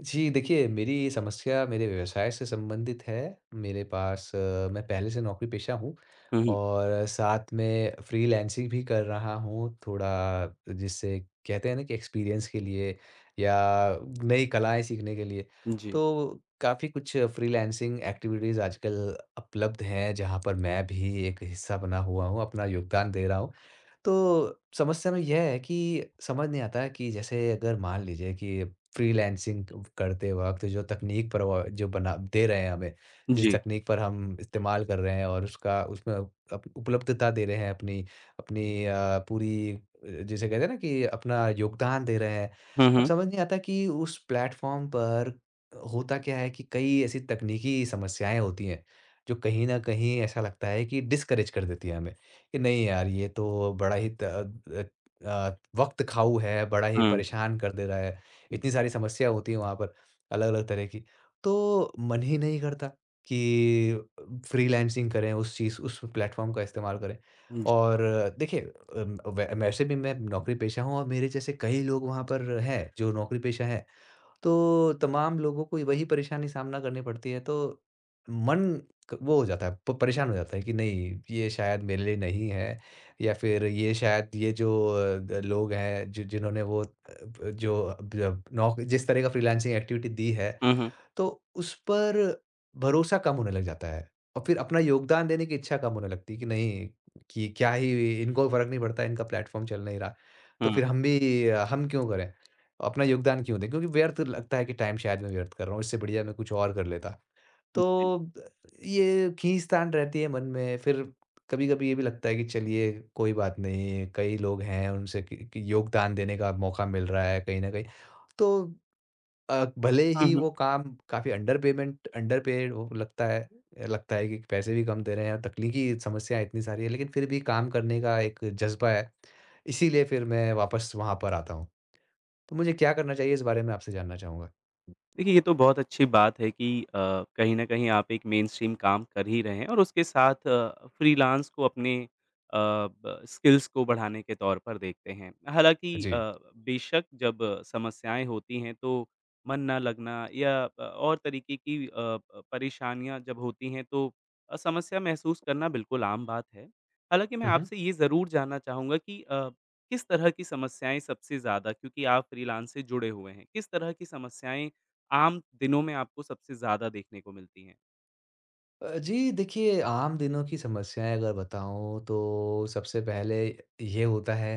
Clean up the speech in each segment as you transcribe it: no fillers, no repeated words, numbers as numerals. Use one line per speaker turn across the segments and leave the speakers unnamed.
जी, देखिए मेरी समस्या मेरे व्यवसाय से संबंधित है। मेरे पास मैं पहले से नौकरी-पेशा हूँ
हुँ, हुँ।
और साथ में फ्रीलांसिंग भी कर रहा हूँ। थोड़ा जिससे कहते हैं ना कि एक्सपीरियंस के लिए या नई कलाएँ सीखने के लिए।
जी,
तो काफ़ी कुछ फ्रीलांसिंग एक्टिविटीज़ आजकल उपलब्ध हैं, जहाँ पर मैं भी एक हिस्सा बना हुआ हूँ, अपना योगदान दे रहा हूँ। तो समस्या में यह है कि समझ नहीं आता है कि जैसे अगर मान लीजिए कि फ्रीलांसिंग करते वक़्त जो तकनीक पर वो जो बना दे रहे हैं हमें, जिस
जी।
तकनीक पर हम इस्तेमाल कर रहे हैं और उसका उसमें अप उपलब्धता दे रहे हैं अपनी अपनी अ, पूरी अ, जिसे कहते हैं ना कि अपना योगदान दे रहे हैं।
हुँ,
अब
हुँ,
समझ नहीं आता कि उस प्लेटफ़ॉर्म पर होता क्या है कि कई ऐसी तकनीकी समस्याएँ होती हैं, जो कहीं न कहीं ऐसा लगता है कि डिस्करेज कर देती है हमें। कि नहीं यार, ये तो बड़ा ही वक़्त खाऊ है, बड़ा ही
हुँ।
परेशान कर दे रहा है। इतनी सारी समस्या होती है वहाँ पर, अलग-अलग तरह की। तो मन ही नहीं करता कि फ्रीलांसिंग करें, उस चीज़ उस प्लेटफ़ॉर्म का इस्तेमाल करें।
जी।
और देखिए अम, वै वैसे भी मैं नौकरी-पेशा हूँ और मेरे जैसे कई लोग वहाँ पर हैं, जो नौकरी-पेशा हैं। तो तमाम लोगों को वही परेशानी सामना करनी पड़ती है तो मन क वो हो जाता है प परेशान हो जाता है कि नहीं ये शायद मेरे लिए नहीं है या फिर ये शायद ये जो अ, द लोग हैं जि जिन्होंने वो अ, ब जो अ, ब नौक जिस तरह का फ्रीलांसिंग एक्टिविटी दी है
हुँ, हुँ,
तो उस पर भरोसा कम होने लग जाता है और फिर अपना योगदान देने की इच्छा कम होने लगती है कि नहीं कि क्या ही इनको फ़र्क नहीं पड़ता, इनका प्लेटफ़ॉर्म चल नहीं रहा, तो
हुँ।
फिर हम क्यों करें? अपना योगदान क्यों दें? क्योंकि व्यर्थ लगता है कि टाइम शायद मैं व्यर्थ कर रहा हूँ, इससे बढ़िया मैं कुछ और कर लेता। तो
जी।
ये खींचतान रहती है मन में, फिर कभी-कभी ये भी लगता है कि चलिए कोई बात नहीं, कई लोग हैं उनसे कि योगदान देने का मौका मिल रहा है कहीं न कहीं। तो भले
हुँ,
ही
हुँ।
वो काम काफ़ी अंडर पेड वो लगता है कि पैसे भी कम दे रहे हैं और तकनीकी समस्याएँ इतनी सारी हैं, लेकिन फिर भी काम करने का एक जज़्बा है। इसीलिए फिर मैं वापस वहाँ पर आता हूँ। तो मुझे क्या करना चाहिए इस बारे में आपसे जानना चाहूँगा?
देखिए, ये तो बहुत अच्छी बात है कि कहीं न कहीं आप एक मेनस्ट्रीम काम कर ही रहे हैं और उसके साथ फ्रीलांस को अपने अ, ब स्किल्स को बढ़ाने के तौर पर देखते हैं। हालाँकि
जी।
बेशक जब समस्याएँ होती हैं, तो मन ना लगना या और तरीके की अ, प परेशानियाँ जब होती हैं, तो समस्या महसूस करना बिल्कुल आम बात है। हालाँकि मैं
हुँ, हुँ।
आपसे ये ज़रूर जानना चाहूँगा कि किस तरह की समस्याएँ सबसे ज़्यादा क्योंकि आप फ्रीलांस से जुड़े हुए हैं, किस तरह की समस्याएँ आम दिनों में आपको सबसे ज़्यादा देखने को मिलती हैं।
जी देखिए, आम दिनों की समस्याएँ अगर बताऊँ तो सबसे पहले ये होता है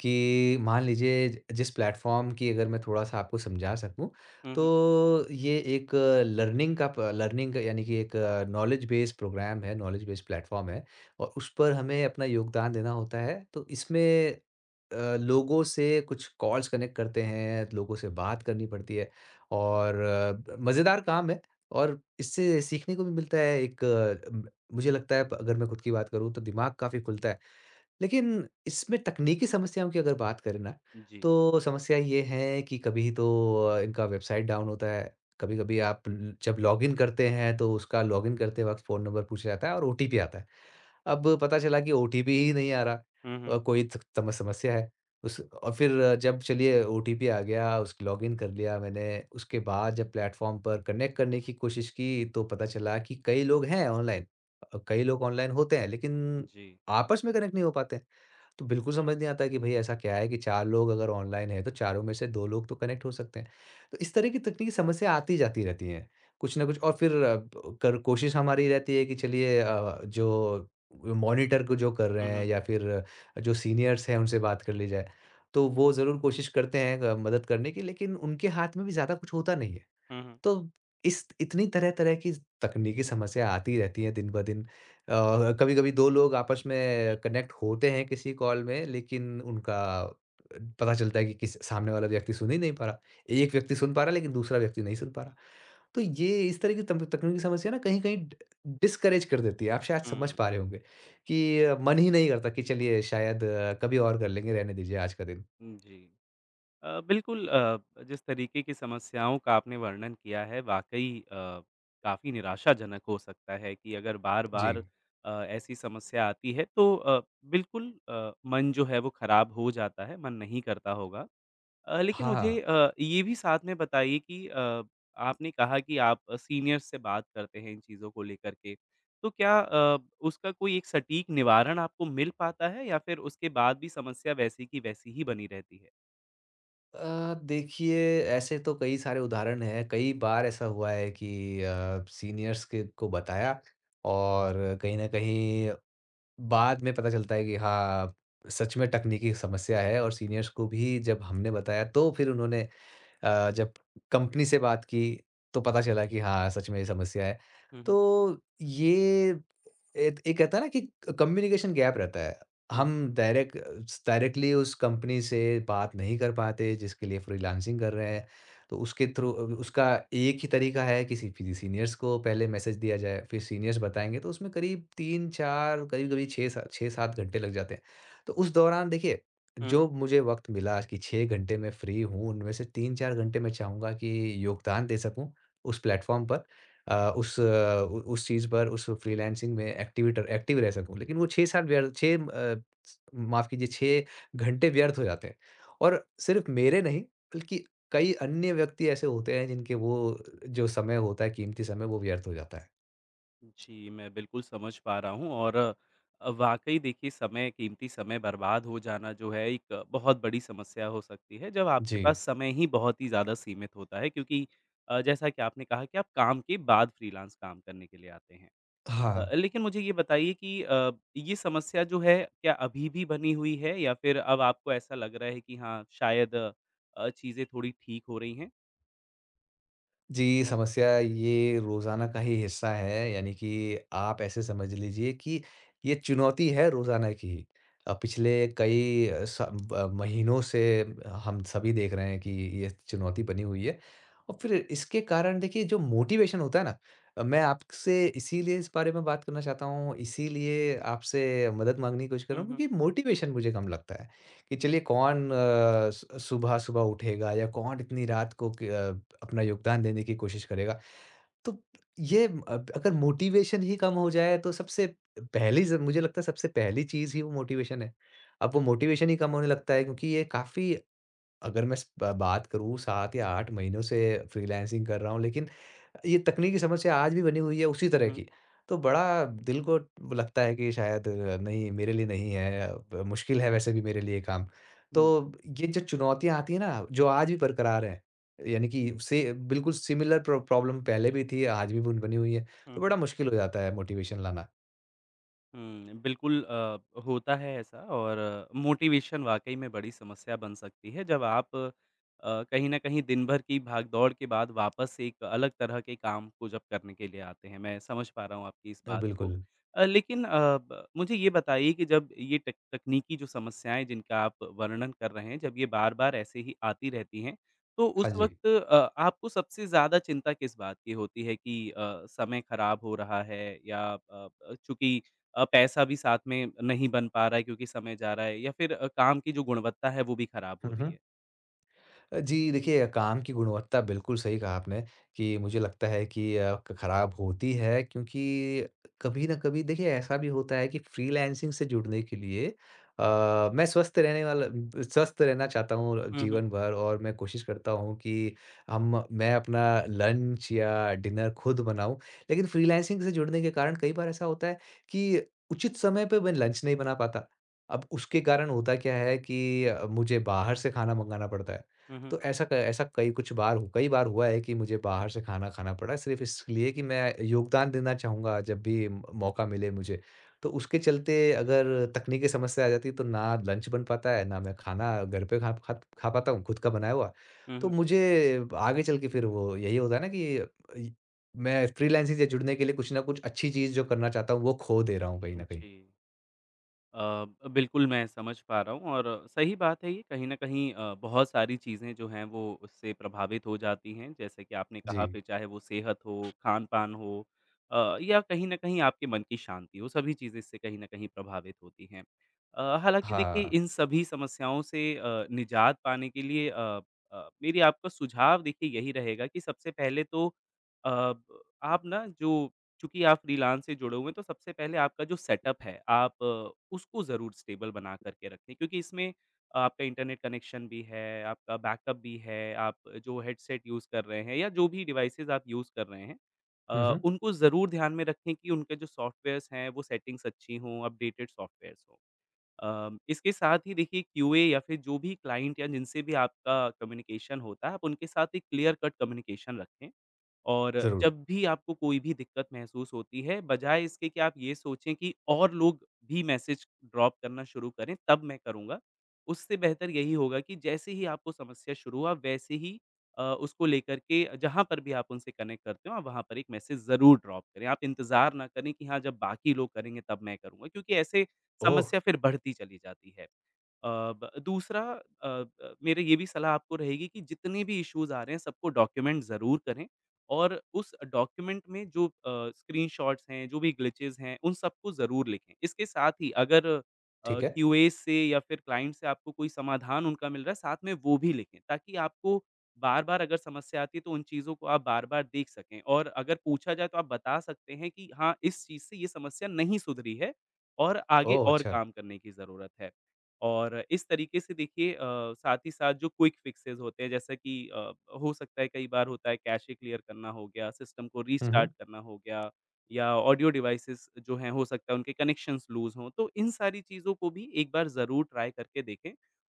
कि मान लीजिए ज जिस प्लेटफ़ॉर्म की अगर मैं थोड़ा-सा आपको समझा सकूँ,
हुँ, हुँ।
तो ये एक लर्निंग का प लर्निंग यानी कि एक नॉलेज बेस्ड प्रोग्राम है, नॉलेज बेस्ड प्लेटफ़ॉर्म है और उस पर हमें अपना योगदान देना होता है। तो इसमें लोगों से कुछ कॉल्स कनेक्ट करते हैं, लोगों से बात करनी पड़ती है और मज़ेदार काम है। और इससे सीखने को भी मिलता है एक मुझे लगता है अगर मैं खुद की बात करूँ तो दिमाग काफ़ी खुलता है। लेकिन इसमें तकनीकी समस्याओं की अगर बात करें ना,
जी।
तो समस्या ये है कि कभी तो इनका वेबसाइट डाउन होता है। कभी-कभी आप ल जब लॉगिन करते हैं तो उसका लॉगिन करते वक़्त फ़ोन नंबर पूछा जाता है और ओटीपी आता है। अब पता चला कि ओटीपी ही नहीं आ रहा
हुँ, हुँ।
अ, कोई स सम समस्या है। उस और फिर जब चलिए ओटीपी आ गया, उस लॉगिन कर लिया मैंने, उसके बाद जब प्लेटफ़ॉर्म पर कनेक्ट करने की कोशिश की, तो पता चला कि कई लोग हैं ऑनलाइन। कई लोग ऑनलाइन होते हैं, लेकिन
जी।
आपस में कनेक्ट नहीं हो पाते। तो बिल्कुल समझ नहीं आता कि भई ऐसा क्या है कि 4 लोग अगर ऑनलाइन हैं, तो चारों में से 2 लोग तो कनेक्ट हो सकते हैं। तो इस तरह की तकनीकी समस्या आती जाती रहती हैं, कुछ न कुछ और फिर अ, ब कर कोशिश हमारी रहती है कि चलिए जो मॉनिटर को जो कर
हुँ,
रहे हैं
हुँ।
या फिर जो सीनियर्स हैं उनसे बात कर ली जाए। तो वो ज़रूर कोशिश करते हैं मदद करने की लेकिन उनके हाथ में भी ज़्यादा कुछ होता नहीं है।
हुँ, हुँ।
तो इस इतनी तरह-तरह की तकनीकी समस्या आती रहती है दिन ब दिन। कभी-कभी 2 लोग आपस में कनेक्ट होते हैं किसी कॉल में, लेकिन उनका पता चलता है कि किस सामने वाला व्यक्ति सुन ही नहीं पा रहा। एक व्यक्ति सुन पा रहा है, लेकिन दूसरा व्यक्ति नहीं सुन पा रहा। तो ये इस तरह की तम तकनीकी समस्या ना कहीं-कहीं डि डिस्करेज कर देती है। आप शायद समझ
हुँ।
पा रहे होंगे कि मन ही नहीं करता कि चलिए शायद कभी और कर लेंगे, रहने दीजिए आज का दिन।
हुँ, जी। बिल्कुल जिस तरीके की समस्याओं का आपने वर्णन किया है वाक़ई काफ़ी निराशाजनक हो सकता है कि अगर
जी।
बार-बार ऐसी समस्या आती है तो बिल्कुल मन जो है वो खराब हो जाता है, मन नहीं करता होगा। लेकिन मुझे
हाँ।
ये भी साथ में बताइए कि आपने कहा कि आप सीनियर्स से बात करते हैं इन चीज़ों को लेकर के। तो क्या उसका कोई एक सटीक निवारण आपको मिल पाता है या फिर उसके बाद भी समस्या वैसी की वैसी ही बनी रहती है?
देखिए ऐसे तो कई सारे उदाहरण हैं। कई बार ऐसा हुआ है कि सीनियर्स के को बताया और कहीं न कहीं बाद में पता चलता है कि हाँ, सच में तकनीकी समस्या है और सीनियर्स को भी जब हमने बताया तो फिर उन्होंने जब कंपनी से बात की तो पता चला कि हाँ, सच में ये समस्या है।
हुँ, हुँ।
तो ये एक एक कहता है ना कि कम्युनिकेशन गैप रहता है।
हुँ,
हम डायरेक्ट डायरेक्टली उस कंपनी से बात नहीं कर पाते जिसके लिए फ्रीलांसिंग कर रहे हैं। तो उसके थ्रू उसका एक ही तरीका है किसी किसी सीनियर्स को पहले मैसेज दिया जाए, फिर सीनियर्स बताएँगे तो उसमें करीब 3-4 कभी-कभी 6 सा 6-7 घंटे लग जाते हैं। तो उस दौरान देखिए,
हुँ।
जो मुझे वक़्त मिला कि 6 घंटे मैं फ्री हूँ, उनमें से 3-4 घंटे मैं चाहूँगा कि योगदान दे सकूँ उस प्लेटफ़ॉर्म पर। अ, उस अ, उ उस चीज़ पर उस फ्रीलांसिंग में एक्टिव रह सकूँ। लेकिन वो 6 साल व्यर्थ 6 अ, माफ़ कीजिए 6 घंटे व्यर्थ हो जाते हैं। और सिर्फ़ मेरे नहीं बल्कि कई अन्य व्यक्ति ऐसे होते हैं जिनके वो जो समय होता है कीमती समय वो व्यर्थ हो जाता है।
जी, मैं बिल्कुल समझ पा रहा हूँ और वाक़ई देखिए समय कीमती समय बर्बाद हो जाना जो है एक बहुत बड़ी समस्या हो सकती है, जब आपके पास
जी।
समय ही बहुत ही ज़्यादा सीमित होता है क्योंकि जैसा कि आपने कहा कि आप काम के बाद फ्रीलांस काम करने के लिए आते हैं।
हाँ।
लेकिन मुझे ये बताइए कि ये समस्या जो है क्या अभी भी बनी हुई है या फिर अब आपको ऐसा लग रहा है कि हाँ, शायद चीज़ें थोड़ी ठीक हो रही हैं?
जी, समस्या ये रोज़ाना का ही हिस्सा है, यानी कि आप ऐसे समझ लीजिए कि ये चुनौती है रोज़ाना की। ही। पिछले कई स ब महीनों से हम सभी देख रहे हैं कि ये चुनौती बनी हुई है और फिर इसके कारण देखिए जो मोटिवेशन होता है ना, मैं आपसे इसीलिए इस बारे में बात करना चाहता हूँ, इसीलिए आपसे मदद माँगने की कोशिश कर
हुँ,
रहा हूँ
हुँ।
क्योंकि मोटिवेशन मुझे कम लगता है। कि चलिए कौन अ, सु सुबह-सुबह उठेगा या कौन इतनी रात को अपना योगदान देने की कोशिश करेगा। तो ये अगर मोटिवेशन ही कम हो जाए तो सबसे पहली चीज़ ही वो मोटिवेशन है। अब वो मोटिवेशन ही कम होने लगता है क्योंकि ये काफ़ी अगर मैं स ब बात करूँ 7 या 8 महीनों से फ्रीलांसिंग कर रहा हूँ लेकिन ये तकनीकी समस्या आज भी बनी हुई है उसी
हुँ,
तरह
हुँ।
की। तो बड़ा दिल को वो लगता है कि शायद नहीं मेरे लिए नहीं है अब मुश्किल है वैसे भी मेरे लिए काम।
हुँ,
तो ये जो चुनौतियाँ आती हैं ना जो आज भी बरकरार हैं, यानी कि से बिल्कुल सिमिलर प्रो प्रॉब्लम पहले भी थी आज भी बन बनी हुई है। तो
हुँ।
बड़ा मुश्किल हो जाता है मोटिवेशन लाना।
हुँ, बिल्कुल होता है ऐसा और मोटिवेशन वाक़ई में बड़ी समस्या बन सकती है जब आप कहीं न कहीं दिन भर की भाग-दौड़ के बाद वापस एक अलग तरह के काम को जब करने के लिए आते हैं, मैं समझ पा रहा हूँ आपकी इस बात को।
बिल्कुल।
लेकिन अ, ब मुझे ये बताइए कि जब ये टेक तकनीकी जो समस्याएँ जिनका आप वर्णन कर रहे हैं, जब ये बार-बार ऐसे ही आती रहती हैं, तो
हाँ
उस
जी।
वक़्त आपको सबसे ज़्यादा चिंता किस बात की होती है कि समय खराब हो रहा है या अ, ब चूँकि पैसा भी साथ में नहीं बन पा रहा है क्योंकि समय जा रहा है या फिर काम की जो गुणवत्ता है वो भी खराब हो
हुँ,
रही
हुँ।
है।
जी, देखिए काम की गुणवत्ता बिल्कुल सही कहा आपने कि मुझे लगता है कि अ, क खराब होती है क्योंकि कभी न कभी देखिए ऐसा भी होता है कि फ्रीलांसिंग से जुड़ने के लिए मैं स्वस्थ रहने वाला ब स्वस्थ रहना चाहता हूँ
हुँ, हुँ।
जीवन भर और मैं कोशिश करता हूँ कि हम मैं अपना लंच या डिनर खुद बनाऊँ। लेकिन फ्रीलांसिंग से जुड़ने के कारण कई बार ऐसा होता है कि उचित समय पे मैं लंच नहीं बना पाता। अब उसके कारण होता क्या है कि मुझे बाहर से खाना मँगाना पड़ता है।
हुँ, हुँ।
तो ऐसा क ऐसा कई कुछ बार हु- कई बार हुआ है कि मुझे बाहर से खाना खाना पड़ा सिर्फ़ इसलिए कि मैं योगदान देना चाहूँगा जब भी म मौका मिले मुझे। तो उसके चलते अगर तकनीकी समस्या आ जाती है तो ना लंच बन पाता है, ना मैं खाना घर पे खा खा खा पाता हूँ खुद का बनाया हुआ।
हुँ,
तो
हुँ।
मुझे आगे चल के फिर वो यही होता है ना कि मैं फ्रीलांसिंग से जुड़ने के लिए कुछ ना कुछ अच्छी चीज़ जो करना चाहता हूँ वो खो दे रहा हूँ कहीं न कहीं।
जी। बिल्कुल मैं समझ पा रहा हूँ और सही बात है ये कहीं न कहीं बहुत सारी चीज़ें जो हैं वो उससे प्रभावित हो जाती हैं। जैसे कि आपने
जी।
कहा फिर चाहे वो सेहत हो, खान-पान हो या कहीं न कहीं आपके मन की शांति हो, सभी चीज़ें इससे कहीं न कहीं प्रभावित होती हैं। हालाँकि देखिए
हाँ।
इन सभी समस्याओं से निजात पाने के लिए मेरी आपको सुझाव देखिए यही रहेगा कि सबसे पहले तो अ, आप ना जो चूँकि आप फ्रीलांस से जुड़े हुए हैं, तो सबसे पहले आपका जो सेटअप है, आप उसको ज़रूर स्टेबल बना कर के रखें क्योंकि इसमें आपका इंटरनेट कनेक्शन भी है, आपका बैकअप भी है, आप जो हेडसेट यूज़ कर रहे हैं या जो भी डिवाइसेज़ आप यूज़ कर रहे हैं
हुँ, हुँ।
उनको ज़रूर ध्यान में रखें कि उनके जो सॉफ्टवेयर्स हैं, वो सेटिंग्स अच्छी हों, अपडेटेड सॉफ्टवेयर्स हों। इसके साथ ही देखिए क्यूए या फिर जो भी क्लाइंट या जिनसे भी आपका कम्युनिकेशन होता है, आप उनके साथ एक क्लियर कट कम्युनिकेशन रखें। और
ज़रूर।
जब भी आपको कोई भी दिक्कत महसूस होती है, बजाए इसके कि आप ये सोचें कि और लोग भी मैसेज ड्रॉप करना शुरू करें, तब मैं करूँगा। उससे बेहतर यही होगा कि जैसे ही आपको समस्या शुरू हुआ, वैसे ही उसको लेकर के जहाँ पर भी आप उनसे कनेक्ट करते हो, आप वहाँ पर एक मैसेज ज़रूर ड्रॉप करें। आप इंतज़ार ना करें कि हाँ, जब बाकी लोग करेंगे, तब मैं करूँगा, क्योंकि ऐसे
ओह!
समस्या फिर बढ़ती चली जाती है। अ, ब दूसरा मेरा ये भी सलाह आपको रहेगी कि जितने भी इश्यूज़ आ रहे हैं, सबको डॉक्यूमेंट ज़रूर करें। और उस डॉक्यूमेंट में जो स्क्रीनशॉट्स हैं, जो भी ग्लिचेज़ हैं, उन सबको ज़रूर लिखें। इसके साथ ही अगर
ठीक है।
क्यूए से या फिर क्लाइंट से आपको कोई समाधान उनका मिल रहा है, साथ में वो भी लिखें, ताकि आपको बार-बार अगर समस्या आती है, तो उन चीज़ों को आप बार-बार देख सकें और अगर पूछा जाए, तो आप बता सकते हैं कि हाँ, इस चीज़ से ये समस्या नहीं सुधरी है और आगे
ओह!
और
अच्छा।
काम करने की ज़रूरत है। और इस तरीके से देखिए साथ ही साथ जो क्विक फिक्सेज़ होते हैं जैसा कि हो सकता है कई बार होता है कैशे क्लियर करना हो गया, सिस्टम को
हुँ, हुँ।
रीस्टार्ट करना हो गया या ऑडियो डिवाइसेस जो हैं हो सकता है उनके कनेक्शंस लूज़ हों। तो इन सारी चीज़ों को भी एक बार ज़रूर ट्राई करके देखें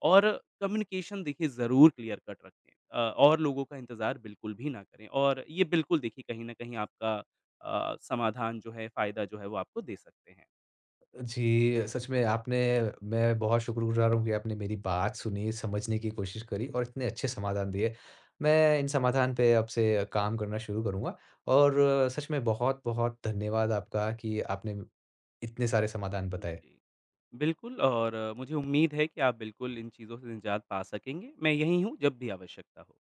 और कम्युनिकेशन देखिए ज़रूर क्लियर कट रखें और लोगों का इंतज़ार बिल्कुल भी ना करें और ये बिल्कुल देखिए कहीं न कहीं आपका समाधान जो है, फ़ायदा जो है वो आपको दे सकते हैं।
जी, सच में आपने मैं बहुत शुक्रगुज़ार हूँ कि आपने मेरी बात सुनी, समझने की कोशिश करी और इतने अच्छे समाधान दिए। मैं इन समाधान पे अब से काम करना शुरू करूँगा और सच में बहुत-बहुत धन्यवाद आपका कि आपने इतने सारे समाधान बताए।
जी। बिल्कुल और मुझे उम्मीद है कि आप बिल्कुल इन चीज़ों से निजात पा सकेंगे। मैं यहीं हूँ जब भी आवश्यकता हो।